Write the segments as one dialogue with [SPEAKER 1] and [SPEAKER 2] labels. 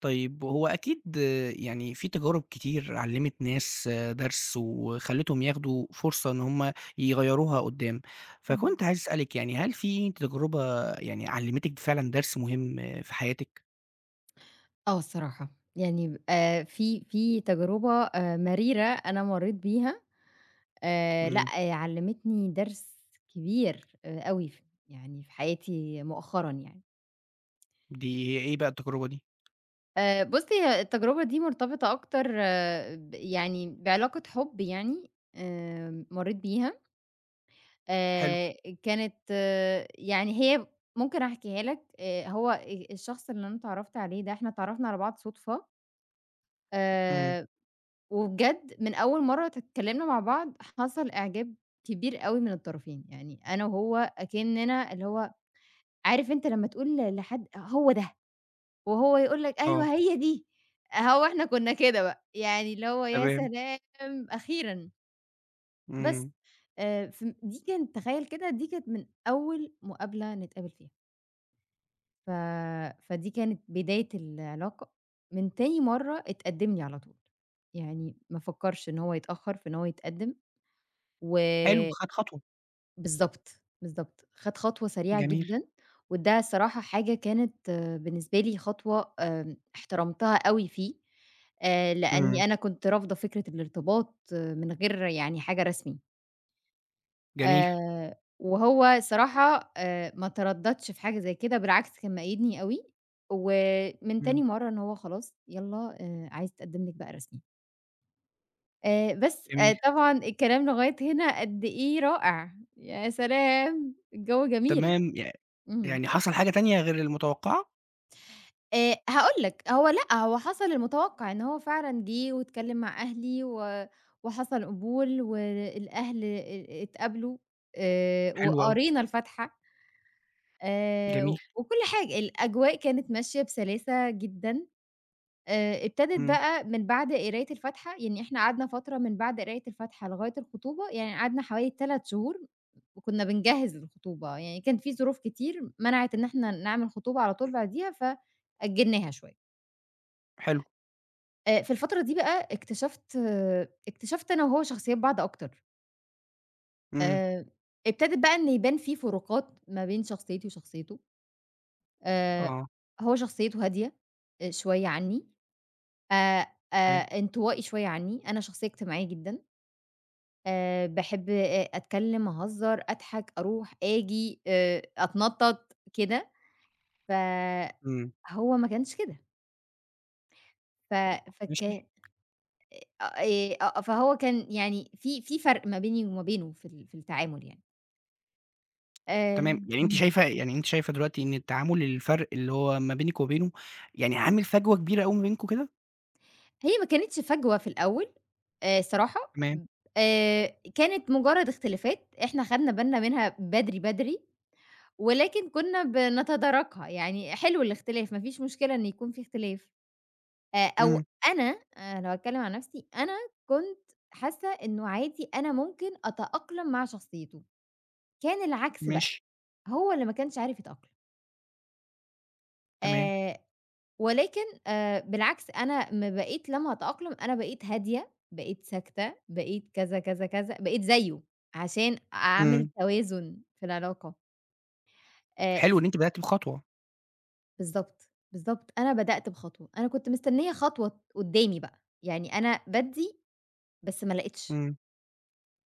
[SPEAKER 1] طيب هو أكيد آه، يعني في تجارب كتير علّمت ناس درس وخلّتهم ياخدوا فرصة إن هم يغيّروها قدّام،
[SPEAKER 2] إمم.
[SPEAKER 1] فكنت عايز أسألِك يعني هل في تجربة يعني علّمتِك فعلًا درس مهم في حياتِك؟
[SPEAKER 2] الصراحة، يعني في تجربة مريرة أنا مرّيت بيها، لأ،
[SPEAKER 1] إمم.
[SPEAKER 2] آه، علّمتني درس كبير أوي، يعني في حياتي مؤخرًا يعني.
[SPEAKER 1] دي إيه بقى التجربة دي؟
[SPEAKER 2] بُصّي، هي التجربة دي مرتبطة أكتر آه، يعني بعلاقة حُب يعني، مرّيت بيها،
[SPEAKER 1] حلو.
[SPEAKER 2] آآ كانت آه، يعني هي ممكن أحكيها لك. هو الشخص اللي أنا اتعرّفت عليه ده، إحنا اتعرّفنا على بعض صُدفة،
[SPEAKER 1] إمم.
[SPEAKER 2] آآ وبجد من أول مرّة اتكلمنا مع بعض حصل إعجاب كبير أوي من الطرفين. يعني أنا وهو أكننا اللي هو عارف، أنت لمّا تقول لحد هو ده، وهو يقول لك أيوه
[SPEAKER 1] آه.
[SPEAKER 2] هي دي. هو إحنا كنا كده بقى، يعني اللي هو يا
[SPEAKER 1] تمام.
[SPEAKER 2] سلام أخيرًا. بس
[SPEAKER 1] إمم.
[SPEAKER 2] دي كانت، تخيّل كده، دي كانت من أول مقابلة نتقابل فيها. ف فدي كانت بداية العلاقة. من تاني مرّة اتقدم لي على طول، يعني ما فكّرش إن هو يتأخر في إن هو يتقدم. و
[SPEAKER 1] حلو خد خطوة.
[SPEAKER 2] بالضبط، بالضبط، خَد خطوة سريعة
[SPEAKER 1] جميل.
[SPEAKER 2] جدًا. وده الصراحة حاجة كانت آه، بالنسبة لي خطوة، احترمتها أوي فيه. لأني
[SPEAKER 1] إمم.
[SPEAKER 2] أنا كنت رافضة فكرة الارتباط آه، من غير يعني حاجة رسمي.
[SPEAKER 1] جميل.
[SPEAKER 2] وهو صراحة ما ترددش في حاجة زي كده، بالعكس كان مأيدني أوي، ومن تاني
[SPEAKER 1] إمم.
[SPEAKER 2] مرّة إن هو خلاص يالّا، عايز أتقدم لِك بقى رسمي. بس
[SPEAKER 1] جميل.
[SPEAKER 2] طبعًا الكلام لغاية هنا قد إيه رائع، يا سلام! الجو جميل،
[SPEAKER 1] تمام.
[SPEAKER 2] اهم.
[SPEAKER 1] يعني حصل حاجة تانية غير المتوقعة؟
[SPEAKER 2] هاقول لك، هو لأ، هو حصل المتوقع، إن هو فعلًا جِه واتكلم مع أهلي، وحصل قبول، والأهل اتقابلوا،
[SPEAKER 1] حلو أوي.
[SPEAKER 2] وقرينا الفاتحة آآ
[SPEAKER 1] جميل.
[SPEAKER 2] وكل حاجة. الأجواء كانت ماشية بسلاسة جدًا. ابتدت
[SPEAKER 1] إمم.
[SPEAKER 2] بقى من بعد قراية الفاتحة، يعني إحنا قعدنا فترة من بعد قراية الفاتحة لغاية الخطوبة. يعني قعدنا حوالي 3 شهور وكُنّا بنجهّز للخطوبة. يعني كان في ظروف كتير منعت إن إحنا نعمل خطوبة على طول بعديها، فأجّلناها شوية.
[SPEAKER 1] حلو.
[SPEAKER 2] في الفترة دي بقى اكتشفت أنا وهو شخصيات بعض أكتر.
[SPEAKER 1] إمم.
[SPEAKER 2] آآ ابتدت بقى إن يبان في فروقات ما بين شخصيتي وشخصيته. آآ
[SPEAKER 1] آه.
[SPEAKER 2] هو شخصيته هادية شوية عنّي، آآ
[SPEAKER 1] تمام.
[SPEAKER 2] انطوائي شوية عنّي. أنا شخصية اجتماعية جدًا. باحب أتكلّم، أهزّر، أضحك، أروح، آجي، أتنطّط كده، فهو
[SPEAKER 1] إمم.
[SPEAKER 2] ما كانش كده. ف
[SPEAKER 1] ماشي.
[SPEAKER 2] فك آآ آه، آه، فهو كان يعني في فرق ما بيني وما بينه في في التعامل يعني.
[SPEAKER 1] تمام.
[SPEAKER 2] اهم.
[SPEAKER 1] أنتِ شايفة دلوقتي إن التعامل الفرق اللي هو ما بينِك وبينه، يعني عامل فجوة كبيرة أوي ما بينكم كده؟
[SPEAKER 2] هي ما كانتش فجوة في الأول، صراحة.
[SPEAKER 1] تمام.
[SPEAKER 2] آآ كانت مجرّد اختلافات إحنا خدنا بالنا منها بدري، بدري، ولكن كُنّا بنتداركها. يعني حلو الاختلاف، ما فيش مشكلة إن يكون في اختلاف. أو
[SPEAKER 1] إمم.
[SPEAKER 2] أنا لو هاتكلم عن نفسي، أنا كنت حاسة إنه عادي أنا ممكن أتأقلم مع شخصيته. كان العكس بقى،
[SPEAKER 1] ماشي.
[SPEAKER 2] هو اللي ما كانش عارف يتأقلم.
[SPEAKER 1] تمام.
[SPEAKER 2] آآ ولكن بالعكس أنا بقيت، لمّا أتأقلم أنا بقيت هادية، بقيت ساكتة، بقيت كذا، كذا، كذا، بقيت زيه عشان أعمل
[SPEAKER 1] إمم.
[SPEAKER 2] توازن في العلاقة.
[SPEAKER 1] حلو
[SPEAKER 2] ف
[SPEAKER 1] إن أنتِ بدأتِ بخطوة.
[SPEAKER 2] بالضبط، بالضبط، أنا بدأت بخطوة. أنا كنت مستنية خطوة قدّامي بقى، يعني أنا بادّي، بس ما لقيتش.
[SPEAKER 1] إمم.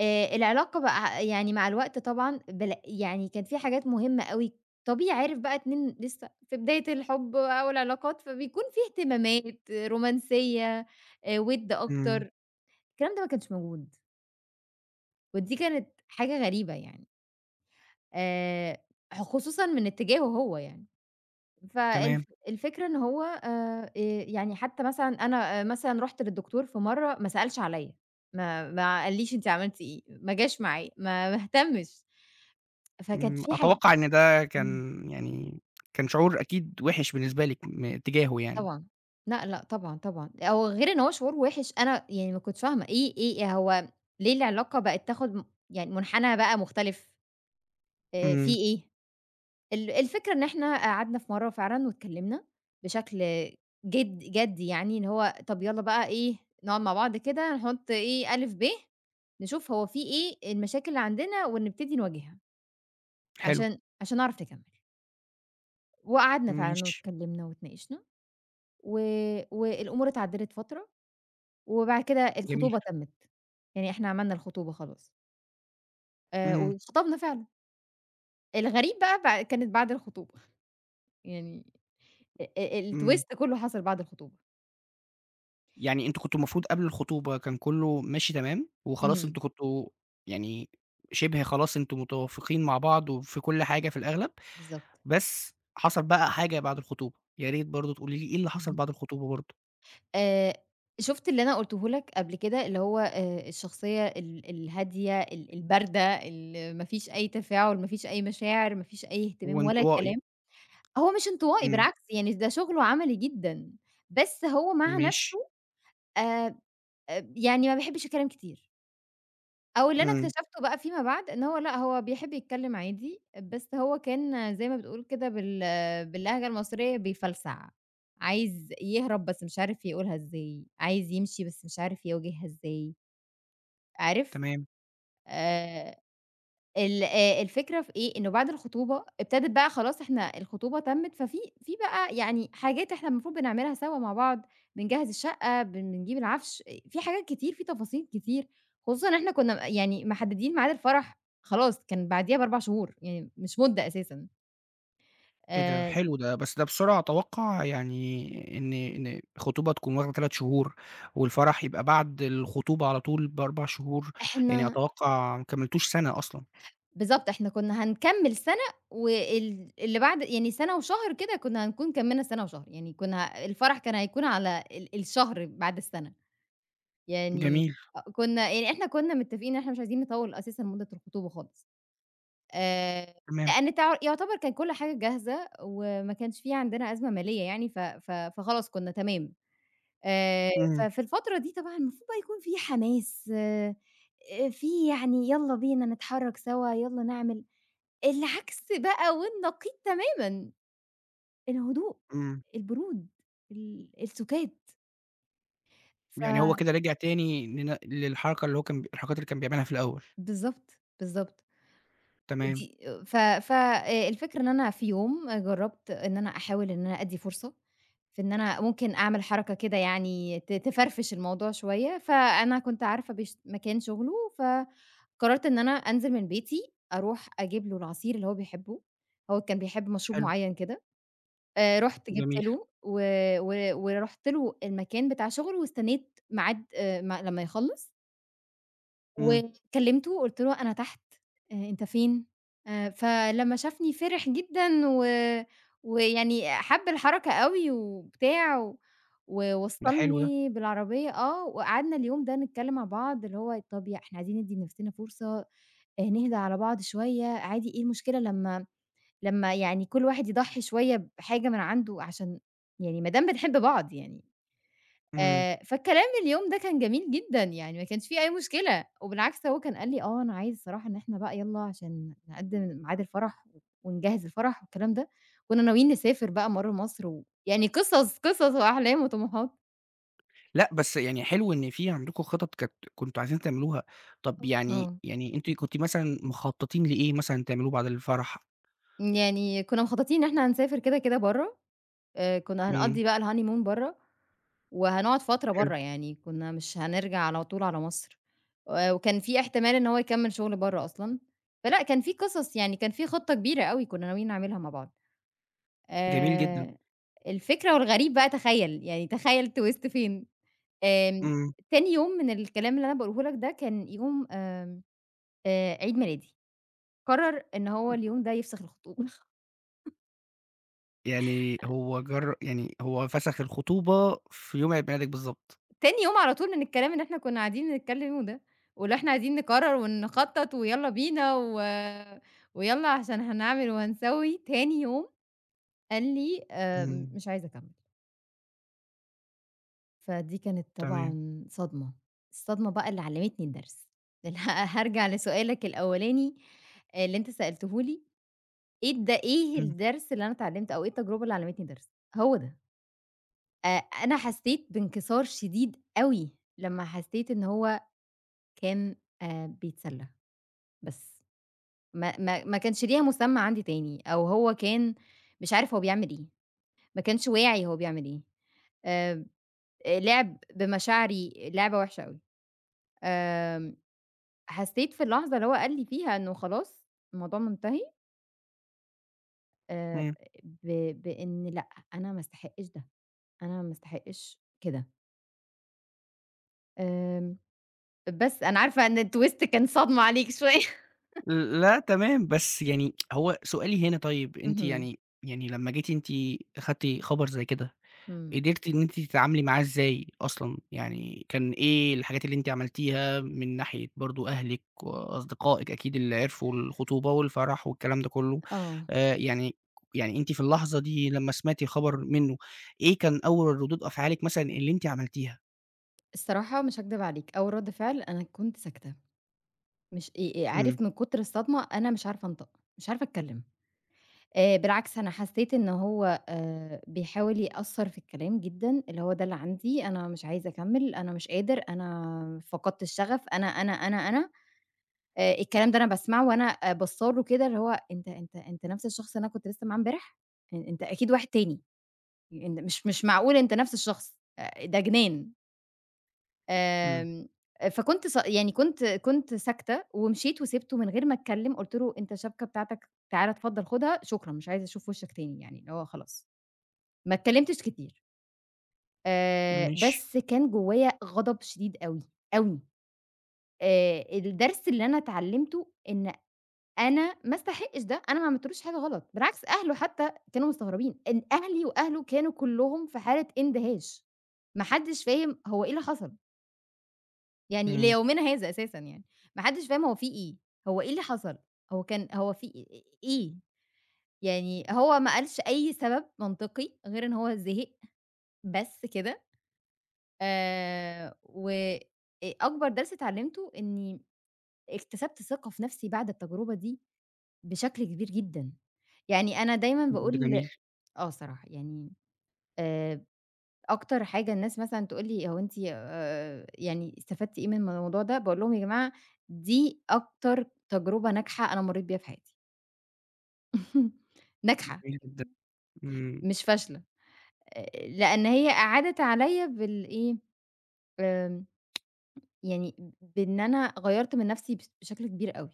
[SPEAKER 2] العلاقة بقى يعني مع الوقت طبعًا يعني كان في حاجات مهمة أوي. طبيعي عارف بقى اتنين لسه في بداية الحب أو العلاقات، فبيكون في اهتمامات، رومانسية، وِد
[SPEAKER 1] إمم.
[SPEAKER 2] أكتر. الكلام ده ما كانش موجود، ودي كانت حاجة غريبة يعني، آآ خصوصًا من اتجاهه هو يعني.
[SPEAKER 1] تمام.
[SPEAKER 2] الفكرة إن هو يعني حتى مثلًا أنا مثلًا رُحت للدكتور في مرة ما سألش عليَّ، ما قاليش أنتِ عملتِ إيه، ما جاش معايا، ما اهتمش. فكانت
[SPEAKER 1] إمم.
[SPEAKER 2] في حاج
[SPEAKER 1] أتوقع إن ده
[SPEAKER 2] إمم.
[SPEAKER 1] كان يعني شعور أكيد وِحِش بالنسبة لِك تجاهه يعني.
[SPEAKER 2] طبعًا، لأ، لأ، طبعًا، طبعًا. أو غير إن هو شعور وِحِش، أنا يعني ما كنتش فاهمة إيه هو، ليه العلاقة بقت تاخد يعني منحنى بقى مختلف، في
[SPEAKER 1] إمم.
[SPEAKER 2] إيه؟ الفكرة إن إحنا قعدنا في مرّة فعلًا واتكلّمنا بشكل جَدّي، يعني إن هو طَب يالّا بقى إيه، نقعد مع بعض كده نحُط إيه، ألِف، ب، نشوف هو في إيه المشاكل اللي عندنا ونبتدي نواجهها
[SPEAKER 1] حلو.
[SPEAKER 2] عشان نعرف نكمّل. وقعدنا فعلًا
[SPEAKER 1] ماشي.
[SPEAKER 2] واتكلّمنا واتناقشنا. و والأمور اتعدّلت فترة، وبعد كده
[SPEAKER 1] جميل.
[SPEAKER 2] الخطوبة تمِّت. يعني إحنا عملنا الخطوبة خلاص،
[SPEAKER 1] إمم.
[SPEAKER 2] واتخطبنا فعلًا. الغريب بقى كانت بعد الخطوبة، يعني أ أ
[SPEAKER 1] إمم.
[SPEAKER 2] الTwist كُلّه حصل بعد الخطوبة.
[SPEAKER 1] يعني أنتم كنتم المفروض قبل الخطوبة كان كُلّه ماشي تمام، وخلاص
[SPEAKER 2] اهم،
[SPEAKER 1] أنتم كنتم يعني شِبه خلاص أنتم متوافقين مع بعض وفي كل حاجة في الأغلب،
[SPEAKER 2] بالضبط.
[SPEAKER 1] بس حصل بقى حاجة بعد الخطوبة، يا ريت برضه تقولي لي إيه اللي حصل
[SPEAKER 2] اهم.
[SPEAKER 1] بعد الخطوبة برضه؟
[SPEAKER 2] آآ شُفت اللي أنا قُلته لك قبل كده، اللي هو الشخصية الهادية، الباردة، اللي ما فيش أي تفاعل، ما فيش أي مشاعر، ما فيش أي اهتمام ولا
[SPEAKER 1] وانطوائي.
[SPEAKER 2] كلام. هو مش انطوائي
[SPEAKER 1] إمم.
[SPEAKER 2] بالعكس، يعني ده شُغله عملي جدًا، بس هو مع
[SPEAKER 1] ماشي.
[SPEAKER 2] نَفْسه، آآ يعني ما بيحبش الكلام كتير. أو اللي أنا
[SPEAKER 1] إمم.
[SPEAKER 2] اكتشفته بقى فيما بعد إن هو لأ، هو بيحب يتكلم عادي، بس هو كان زي ما بتقول كده آه، باللهجة المصرية بيفلسع. عايز يهرب بس مش عارف يقولها إزاي، عايز يمشي بس مش عارف يواجهها إزاي، عارف؟
[SPEAKER 1] تمام.
[SPEAKER 2] آآ ال الفكرة في إيه، إنه بعد الخطوبة ابتدت بقى، خلاص إحنا الخطوبة تمِّت، في بقى يعني حاجات إحنا المفروض بنعملها سوا مع بعض، بنجهّز الشقة، بنجيب العفش، في حاجات كتير، في تفاصيل كتير. خصوصًا إن إحنا كُنّا يعني محدّدين ميعاد الفرح خلاص، كان بعديها ب4 شهور، يعني مش مدة أساسًا.
[SPEAKER 1] إيه ده
[SPEAKER 2] آآ
[SPEAKER 1] حلو ده، بس ده بسرعة أتوقع يعني إن الخطوبة تكون واخدة 3 شهور، والفرح يبقى بعد الخطوبة على طول ب4 شهور، يعني
[SPEAKER 2] إحنا
[SPEAKER 1] أتوقع ما كمّلتوش سَنة أصلًا.
[SPEAKER 2] بالضبط، إحنا كُنّا هنكمّل سَنة، اللي بعد يعني سَنة وشهر كده، كُنّا هنكون كمّلنا سَنة وشهر. يعني كُنّا الفرح كان هيكون على الشهر بعد السَنة. يعني
[SPEAKER 1] جميل.
[SPEAKER 2] كنا يعني إحنا كنا متّفقين إن إحنا مش عايزين نطوّل أساسًا مدة الخطوبة خالص. آآ
[SPEAKER 1] تمام.
[SPEAKER 2] لإن يعتبر كان كل حاجة جاهزة، وما كانش في عندنا أزمة مالية يعني، ف ف فخلاص كنا تمام. آآ
[SPEAKER 1] إمم.
[SPEAKER 2] ففي الفترة دي طبعًا المفروض بقى يكون في حماس، في يعني يالّا بينا نتحرّك سوا، يالّا نعمل. العكس بقى والنقيض تمامًا: الهدوء،
[SPEAKER 1] إمم.
[SPEAKER 2] البرود، السُكات، ف
[SPEAKER 1] يعني هو كده رجع تاني لن للحركة اللي هو كان الحركات اللي كان بيعملها في الأول.
[SPEAKER 2] بالضبط، بالضبط.
[SPEAKER 1] تمام.
[SPEAKER 2] ودي ف ف الفكرة إن أنا في يوم جرّبت إن أنا أحاول إن أنا أدّي فرصة، في إن أنا ممكن أعمل حركة كده، يعني تفرفش الموضوع شوية. فأنا كنت عارفة مكان شغله، فقررت إن أنا أنزل من بيتي أروح أجيب له العصير اللي هو بيحبه، هو كان بيحب مشروب
[SPEAKER 1] حلو.
[SPEAKER 2] معيّن كده. رُحت جبت
[SPEAKER 1] جميل.
[SPEAKER 2] له و و ورُحت له المكان بتاع شغله، واستنيت ميعاد م لمّا يخلّص
[SPEAKER 1] إمم.
[SPEAKER 2] وكلمته، قُلت له: "أنا تحت، أنت فين؟" فلمّا شافني فرح جدًا ويعني حَب الحركة أوي وبتاع،
[SPEAKER 1] ده حلو ده.
[SPEAKER 2] ووصّلني بالعربية آه. وقعدنا اليوم ده نتكلّم مع بعض، اللي هو طَب إحنا عايزين ندّي لنَفْسنا فرصة، نهدى على بعض شوية، عادي إيه المشكلة لمّا، يعني كل واحد يضحّي شوية بحاجة من عنده، عشان يعني ما دام بنحب بعض يعني.
[SPEAKER 1] إمم.
[SPEAKER 2] فالكلام اليوم ده كان جميل جدًا، يعني ما كانش في أي مشكلة. وبالعكس هو كان قال لي: "آه، أنا عايز الصراحة إن إحنا بقى يالّا عشان نقدّم ميعاد الفرح ونجهّز الفرح." والكلام ده، كنا ناويين نسافر بقى برّه مصر، ويعني قصص، قصص وأحلام وطموحات.
[SPEAKER 1] لأ بس يعني حلو إن في عندكم خطط كانت كنتم عايزين تعملوها، طب يعني
[SPEAKER 2] آه.
[SPEAKER 1] يعني أنتِ كنتِ مثلًا مخططين لإيه مثلًا تعملوه بعد الفرح؟
[SPEAKER 2] يعني كنا مخططين إن إحنا هنسافر كده، كده برّه، كنا
[SPEAKER 1] إمم.
[SPEAKER 2] هنقضّي بقى الHoneymoon برّه. وهنقعد فترة
[SPEAKER 1] حلو.
[SPEAKER 2] برّه، يعني كنا مش هنرجع على طول على مصر. وكان في احتمال إن هو يكمّل شغل برّه أصلًا. فلأ، كان في قصص يعني، كان في خطة كبيرة أوي كنا ناويين نعملها مع بعض.
[SPEAKER 1] جميل جدًا.
[SPEAKER 2] آآ الفكرة والغريب بقى، تخيّل، يعني تخيّل الTwist فين. آمم
[SPEAKER 1] إمم.
[SPEAKER 2] تاني يوم من الكلام اللي أنا باقوله لك ده كان يوم، آمم عيد ميلادي، قرر إن هو اليوم ده يفسخ الخطوبة.
[SPEAKER 1] يعني هو جر يعني هو فسخ الخطوبة في يوم عيد ميلادِك بالضبط.
[SPEAKER 2] تاني يوم على طول من الكلام اللي إحنا كنا قاعدين نتكلمه ده، واللي إحنا عايزين نقرر ونخطط ويالّا بينا، ويالّا عشان هنعمل وهنسوي، تاني يوم قال لي:
[SPEAKER 1] إمم.
[SPEAKER 2] مش عايز أكمّل." فدي كانت
[SPEAKER 1] تمام.
[SPEAKER 2] طبعًا صدمة. الصدمة بقى اللي علّمتني الدرس، هارجع لسؤالك الأولاني آه، اللي أنت سألته لي، إيه إيه
[SPEAKER 1] إمم.
[SPEAKER 2] الدرس اللي أنا اتعلمته، أو إيه التجربة اللي علّمتني درس؟ هو ده. أ أنا حسّيت بانكسار شديد أوي، لمّا حسّيت إن هو كان بيتسلّى. بس ما كانش ليها مسمى عندي تاني. أو هو كان مش عارف هو بيعمل إيه، ما كانش واعي هو بيعمل إيه. آآ لعب بمشاعري لعبة وحشة أوي. آمم حسيت في اللحظة اللي هو قال لي فيها إنه خلاص الموضوع منتهي، آآ
[SPEAKER 1] إمم.
[SPEAKER 2] ب بإن لأ، أنا ما أستحقش ده، أنا ما أستحقش كده. آمم بس أنا عارفة إن الtwist كان صدمة عليك شوية.
[SPEAKER 1] لأ تمام، بس يعني هو سؤالي هنا طيب أنتِ
[SPEAKER 2] اهم،
[SPEAKER 1] يعني لمّا جيتِ أنتِ أخدتِ خبر زي كده،
[SPEAKER 2] إمم،
[SPEAKER 1] قدرتِ إن أنتِ تتعاملي معاه إزاي أصلًا؟ يعني كان إيه الحاجات اللي أنتِ عملتيها من ناحية برضه أهلِك وأصدقائِك أكيد اللي عرفوا الخطوبة والفرح والكلام ده كله،
[SPEAKER 2] آه،
[SPEAKER 1] آآ يعني يعني أنتِ في اللحظة دي لمّا سمعتِ الخبر منه، إيه كان أول ردود أفعالِك مثلًا اللي أنتِ عملتيها؟
[SPEAKER 2] الصراحة مش هاكدب عليك، أول رد فعل أنا كنت ساكتة. مش
[SPEAKER 1] إمم.
[SPEAKER 2] عارف من كتر الصدمة، أنا مش عارفة أنطق، مش عارفة أتكلم. بالعكس أنا حسّيت إن هو بيحاول يأثّر في الكلام جدًا، اللي هو ده اللي عندي، أنا مش عايز أكمّل، أنا مش قادر، أنا فقدت الشغف، أنا، أنا، أنا، أنا. الكلام ده أنا باسمعه وأنا باصّة له كده، اللي هو أنت نَفْس الشخص اللي أنا كنت لسه معاه امبارح؟ أنت أكيد واحد تاني، أنت مش معقول أنت نَفْس الشخص. ده جنان.
[SPEAKER 1] إمم.
[SPEAKER 2] آمم، فكنت يعني كنت ساكتة ومشيت وسِبته من غير ما أتكلّم. قُلت له: "أنت الشبكة بتاعتك تعالَ اتفضّل خُدها، شكرًا مش عايزة أشوف وشّك تاني." يعني اللي هو خلاص، ما اتكلّمتش كتير،
[SPEAKER 1] ماشي.
[SPEAKER 2] بس كان جوّايا غضب شديد أوي، أوي. الدرس اللي أنا اتعلّمته إن أنا ما استحقش ده، أنا ما عملتلوش حاجة غلط. بالعكس أهله حتّى كانوا مستغربين، إن أهلي وأهله كانوا كلّهم في حالة اندهاش، ما حدّش فاهم هو إيه اللي حصل. يعني
[SPEAKER 1] إمم.
[SPEAKER 2] ليومنا هذا أساسًا يعني، ما حدش فاهم هو في إيه، هو إيه اللي حصل، هو كان هو في إيه؟ يعني هو ما قالش أي سبب منطقي غير إن هو زهق بس كده. و أ أكبر درس اتعلمته إني اكتسبت ثقة في نفسي بعد التجربة دي بشكل كبير جدًا. يعني أنا دايمًا
[SPEAKER 1] ده
[SPEAKER 2] باقول
[SPEAKER 1] جميل.
[SPEAKER 2] آه الصراحة يعني، آآ أكتر حاجة الناس مثلًا تقول لي: "هو أنتِ يعني استفدتِ إيه من الموضوع ده؟" باقول لهم: "يا جماعة، دي أكتر تجربة ناجحة أنا مرّيت بيها في حياتي." ناجحة
[SPEAKER 1] جميل جدًا. إمم.
[SPEAKER 2] مش فاشلة، لإن هي أعادت عليَّ بالإيه، آمم يعني بإن أنا غيّرت من نَفْسي بشكل كبير أوي.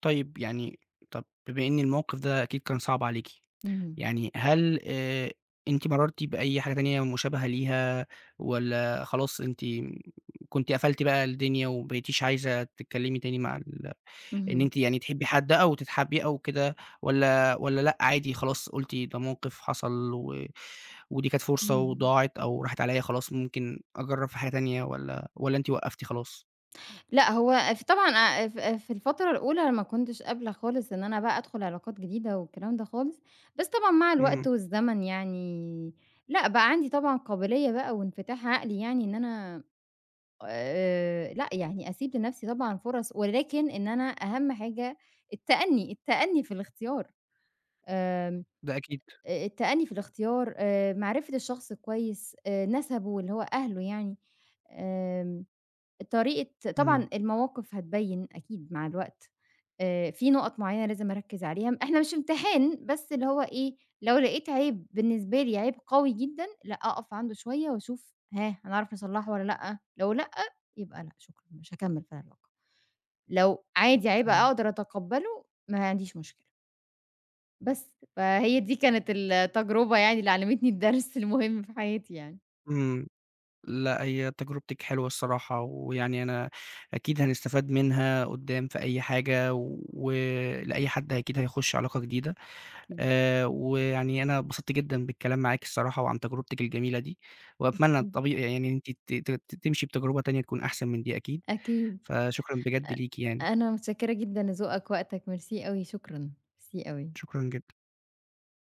[SPEAKER 1] طيب يعني طَب بما إن الموقف ده أكيد كان صعب عليكِ،
[SPEAKER 2] اهم،
[SPEAKER 1] يعني هل أنتِ مرّرتِ بأي حاجة تانية مشابهة ليها والّا خلاص أنتِ كنتِ قفلتِ بقى الدنيا وما بقيتيش عايزة تتكلّمي تاني مع إن
[SPEAKER 2] اهم,
[SPEAKER 1] أنتِ يعني تحبّي حد أو تتحابي أو كده والّا لأ عادي خلاص قُلتِ ده موقف حصل ودي كانت فرصة
[SPEAKER 2] اهم.
[SPEAKER 1] وضاعت أو راحت عليّا خلاص ممكن أجرّب في حاجة تانية والّا أنتِ وقّفتِ خلاص؟
[SPEAKER 2] لأ، هو طبعًا أ ف في الفترة الأولى أنا ما كنتش قابلة خالص إن أنا بقى أدخل علاقات جديدة والكلام ده خالص. بس طبعًا مع الوقت
[SPEAKER 1] إمم.
[SPEAKER 2] والزمن يعني، لأ، بقى عندي طبعًا قابلية بقى وانفتاح عقلي، يعني إن أنا لأ، يعني أسيب لنفسي طبعًا فرص، ولكن إن أنا أهم حاجة التأني، التأني في الاختيار. آمم
[SPEAKER 1] ده أكيد.
[SPEAKER 2] التأني في الاختيار، معرفة الشخص كويس، نسبه اللي هو أهله يعني. آمم طريقة
[SPEAKER 1] إمم.
[SPEAKER 2] طبعًا المواقف هتبيّن أكيد مع الوقت. في نُقط معيّنة لازم أركّز عليها، إحنا مش في امتحان بس اللي هو إيه، لو لقيت عيب بالنسبة لي عيب قوي جدًا، لأ أقف عنده شوية وأشوف هنعرف نصلّحه والّا لأ. لو لأ، يبقى لأ شكرًا مش هاكمّل في العلاقة. لو عادي عيب
[SPEAKER 1] تمام.
[SPEAKER 2] أقدر أتقبّله ما عنديش مشكلة. بس فهي دي كانت التجربة يعني اللي علّمتني الدرس المهم في حياتي يعني.
[SPEAKER 1] إمم. لأ، هي تجربتِك حلوة الصراحة، ويعني أنا أكيد هنستفاد منها قدّام في أي حاجة، ولأي حد أكيد هيخش علاقة جديدة.
[SPEAKER 2] أكيد،
[SPEAKER 1] ويعني أنا اتبسطت جدًا بالكلام معاكِ الصراحة وعن تجربتِك الجميلة دي، وأتمنى طبيعي يعني إن أنتِ ت ت تمشي بتجربة تانية تكون أحسن من دي أكيد.
[SPEAKER 2] أكيد.
[SPEAKER 1] فشكرًا بجد ليكِ يعني.
[SPEAKER 2] أنا متشكرة جدًا لذوقك ووقتك، ميرسي أوي، شكرًا، ميرسي أوي.
[SPEAKER 1] شكرًا جدًا.